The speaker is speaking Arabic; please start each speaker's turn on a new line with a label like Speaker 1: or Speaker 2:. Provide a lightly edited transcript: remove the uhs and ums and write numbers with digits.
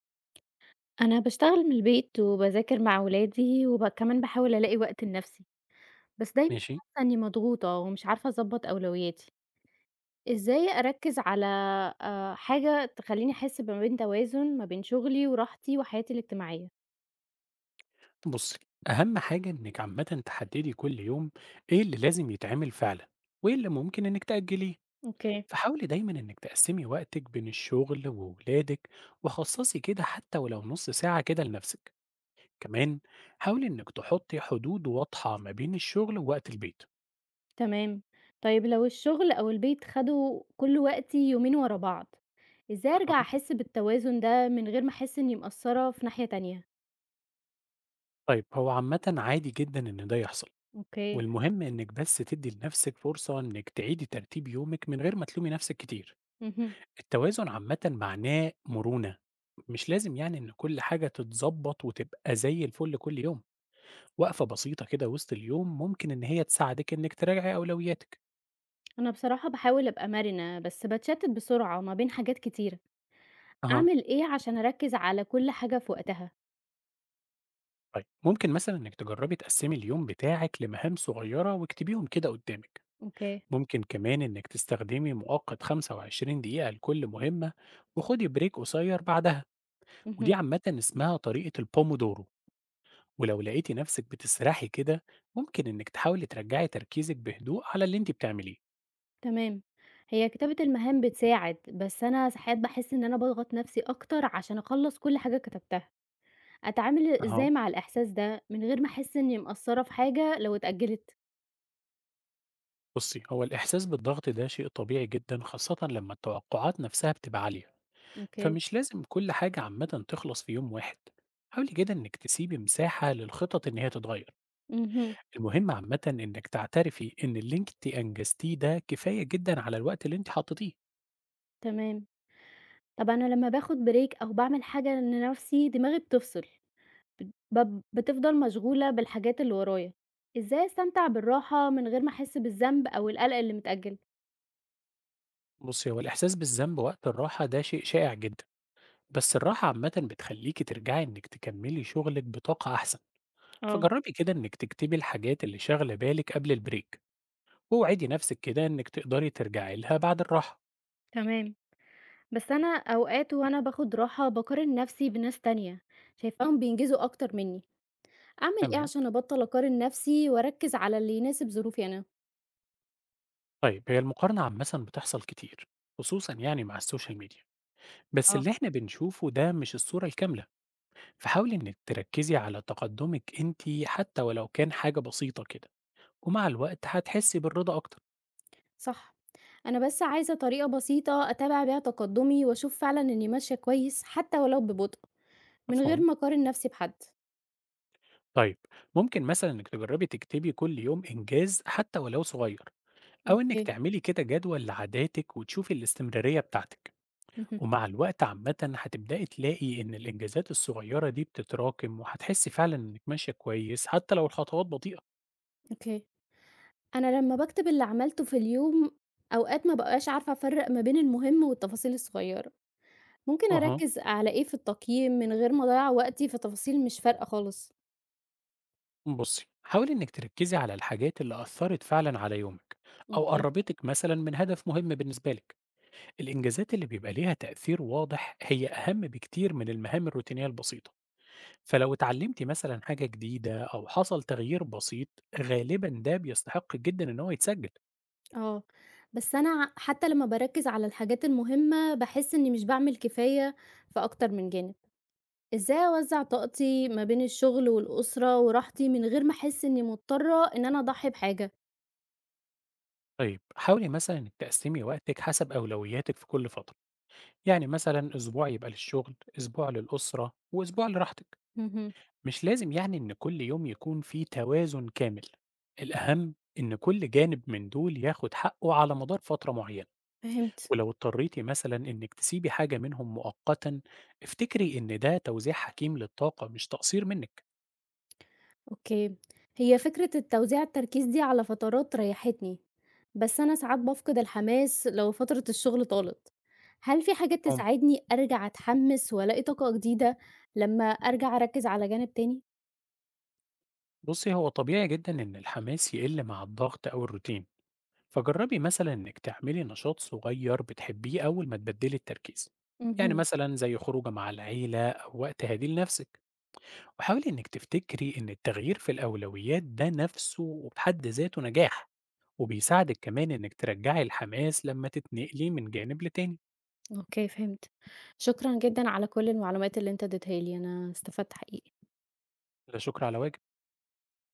Speaker 1: أنا باشتغل من البيت وباذاكر مع ولادي وب كمان باحاول ألاقي وقت لنفسي، بس دايمًا
Speaker 2: ماشي.
Speaker 1: حاسة إني مضغوطة ومش عارفة أضبّط أولوياتي، إزاي أركّز على حاجة تخلّيني أحس ما بين توازن ما بين شغلي وراحتي وحياتي الاجتماعية؟
Speaker 2: بصي، أهم حاجة إنك عامة تحددي كل يوم إيه اللي لازم يتعمل فعلا وإيه اللي ممكن إنك تأجليه.
Speaker 1: أوكي،
Speaker 2: فحاولي دايما إنك تقسمي وقتك بين الشغل وولادك، وخصصي كده حتى ولو نص ساعة كده لنفسك. كمان حاولي إنك تحطي حدود واضحة ما بين الشغل ووقت البيت.
Speaker 1: تمام. طيب لو الشغل أو البيت خدوا كل وقتي يومين ورا بعض، إزاي أرجع
Speaker 2: أه.
Speaker 1: أحس بالتوازن ده من غير ما أحس إني مقصّرة في ناحية تانية؟
Speaker 2: طيب، هو عامة عادي جدا إن ده يحصل،
Speaker 1: أوكي،
Speaker 2: والمهم إنك بس تدي لنفسك فرصة إنك تعيدي ترتيب يومك من غير ما تلومي نفسك كتير.
Speaker 1: اهم.
Speaker 2: التوازن عامةً معناه مرونة، مش لازم يعني إن كل حاجة تتضبّط وتبقى زي الفل كل يوم، وقفة بسيطة كده وسط اليوم ممكن إن هي تساعدِك إنِّك تراجعي أولوياتِك.
Speaker 1: أنا بصراحة باحاول أبقى مرنة، بس باتشتت بسرعة ما بين حاجات كتيرة،
Speaker 2: أها.
Speaker 1: أعمل إيه عشان أركز على كل حاجة في وقتها؟
Speaker 2: طيب، ممكن مثلًا إنِّك تجرّبي تقسّمي اليوم بتاعِك لمهام صغيرة واكتبيهم كده قدّامِك،
Speaker 1: أوكي.
Speaker 2: ممكن كمان إنِّك تستخدمي مؤقت 25 دقيقة لكل مهمة وخُدي break قصير بعدها،
Speaker 1: اهم،
Speaker 2: ودي عامةً اسمها طريقة الPomodoro. ولو لقيتي نفسك بتسرحي كده، ممكن إنك تحاولي ترجعي تركيزك بهدوء على اللي أنت بتعمليه.
Speaker 1: تمام، هي كتابة المهام بتساعد، بس أنا ساعات باحس إن أنا باضغط نفسي أكتر عشان أخلّص كل حاجة كتبتها، أتعامل
Speaker 2: أهو،
Speaker 1: إزاي مع الإحساس ده من غير ما أحس إني مقصرة في حاجة لو اتأجلت؟
Speaker 2: بصي، هو الإحساس بالضغط ده شيء طبيعي جدا، خاصة لما التوقعات نفسها بتبقى عالية.
Speaker 1: أوكي.
Speaker 2: فمش لازم كل حاجة عامة تخلص في يوم واحد، حاولي كده إنك تسيبي مساحة للخطط إن هي تتغير.
Speaker 1: اهم،
Speaker 2: المهم عامة إنك تعترفي إن اللي أنت أنجزتيه ده كفاية جدا على الوقت اللي أنت حطيتيه.
Speaker 1: تمام، طب أنا لما باخد break أو باعمل حاجة لنفسي دماغي بتفصل. بتفضل مشغولة بالحاجات اللي ورايا، إزاي أستمتع بالراحة من غير ما أحس بالذنب أو القلق اللي متأجل؟
Speaker 2: بصي، هو الإحساس بالذنب وقت الراحة ده شيء شائع جدا، بس الراحة عامة بتخليكي ترجعي إنك تكملي شغلك بطاقة أحسن،
Speaker 1: آه،
Speaker 2: فجربي كده إنك تكتبي الحاجات اللي شاغلة بالك قبل البريك، ووعدي نفسك كده إنك تقدري ترجعي لها بعد الراحة.
Speaker 1: تمام. بس أنا أوقات وأنا باخد راحة باقارن نفسي بناس تانية، شايفاهم بينجزوا أكتر مني، أعمل إيه
Speaker 2: تمام؟
Speaker 1: عشان أبطل أقارن نفسي وأركز على اللي يناسب ظروفي أنا؟
Speaker 2: طيب، هي المقارنة عامة بتحصل كتير، خصوصا يعني مع السوشيال ميديا، بس
Speaker 1: آه.
Speaker 2: اللي إحنا بنشوفه ده مش الصورة الكاملة. فحاولي إنك تركزي على تقدمك أنت حتى ولو كان حاجة بسيطة كده، ومع الوقت هتحسي بالرضا أكتر.
Speaker 1: صح، أنا بس عايزة طريقة بسيطة أتابع بيها تقدمي وأشوف فعلًا إني ماشية كويس حتى ولو ببطء، من غير
Speaker 2: مفهوم؟
Speaker 1: ما أقارن نفسي بحد.
Speaker 2: طيب، ممكن مثلا إنك تجربي تكتبي كل يوم إنجاز حتى ولو صغير، أو إنك
Speaker 1: أوكي،
Speaker 2: تعملي كده جدول لعاداتك وتشوفي الاستمرارية بتاعتك.
Speaker 1: اهم،
Speaker 2: ومع الوقت عامة هتبدأي تلاقي إن الإنجازات الصغيرة دي بتتراكم، وهتحسي فعلا إنك ماشية كويس حتى لو الخطوات بطيئة.
Speaker 1: أوكي. أنا لمّا باكتب اللي عملته في اليوم، أوقات ما بابقاش عارفة أفرّق ما بين المهم والتفاصيل الصغيّرة. ممكن
Speaker 2: أها،
Speaker 1: أركّز على إيه في التقييم من غير ما أضيّع وقتي في تفاصيل مش فارقة خالص.
Speaker 2: بصي، حاولي إنك تركزي على الحاجات اللي أثرت فعلا على يومك، أو
Speaker 1: أوكي.
Speaker 2: قربتك مثلا من هدف مهم بالنسبة لك. الإنجازات اللي بيبقى ليها تأثير واضح هي أهم بكتير من المهام الروتينية البسيطة. فلو اتعلمتِ مثلًا حاجة جديدة أو حصل تغيير بسيط، غالبًا ده بيستحق جدًا إن هو يتسجل.
Speaker 1: آه، بس أنا حتى لمّا باركّز على الحاجات المهمة، باحس إني مش باعمل كفاية في أكتر من جانب. إزاي أوزّع طاقتي ما بين الشغل والأسرة وراحتي من غير ما أحس إني مضطرة إن أنا أضحي بحاجة؟
Speaker 2: طيب، حاولي مثلًا إنِّك تقسّمي وقتِك حسب أولوياتِك في كل فترة، يعني مثلًا أسبوع يبقى للشغل، أسبوع للأسرة، وأسبوع لراحتِك.
Speaker 1: اهم،
Speaker 2: مش لازم يعني إن كل يوم يكون في توازن كامل، الأهم إن كل جانب من دول ياخد حقه على مدار فترة معينة.
Speaker 1: فهمت.
Speaker 2: ولو اضطريتِ مثلًا إنِّك تسيبي حاجة منهم مؤقتًا، افتكري إن ده توزيع حكيم للطاقة مش تقصير منِّك.
Speaker 1: أوكي، هي فكرة التركيز دي على فترات ريحتني، بس أنا ساعات بافقد الحماس لو فترة الشغل طالت، هل في حاجات
Speaker 2: مفهوم؟
Speaker 1: تساعدني أرجع أتحمس وألاقي طاقة جديدة لما أرجع أركز على جانب تاني؟
Speaker 2: بصي، هو طبيعي جدا إن الحماس يقل مع الضغط أو الروتين. فجربي مثلا إنك تعملي نشاط صغير بتحبيه أول ما تبدلي التركيز، يعني
Speaker 1: مهم.
Speaker 2: مثلا زي خروجة مع العيلة أو وقت هادي لنفسك. وحاولي إنك تفتكري إن التغيير في الأولويات ده نفسه بحد ذاته نجاح، وبيساعدك كمان إنك ترجعي الحماس لما تتنقلي من جانب لتاني.
Speaker 1: اوكي فهمت شكرا جدا على كل المعلومات اللي انت اديتها لي انا استفدت حقيقي
Speaker 2: لا شكر على واجب.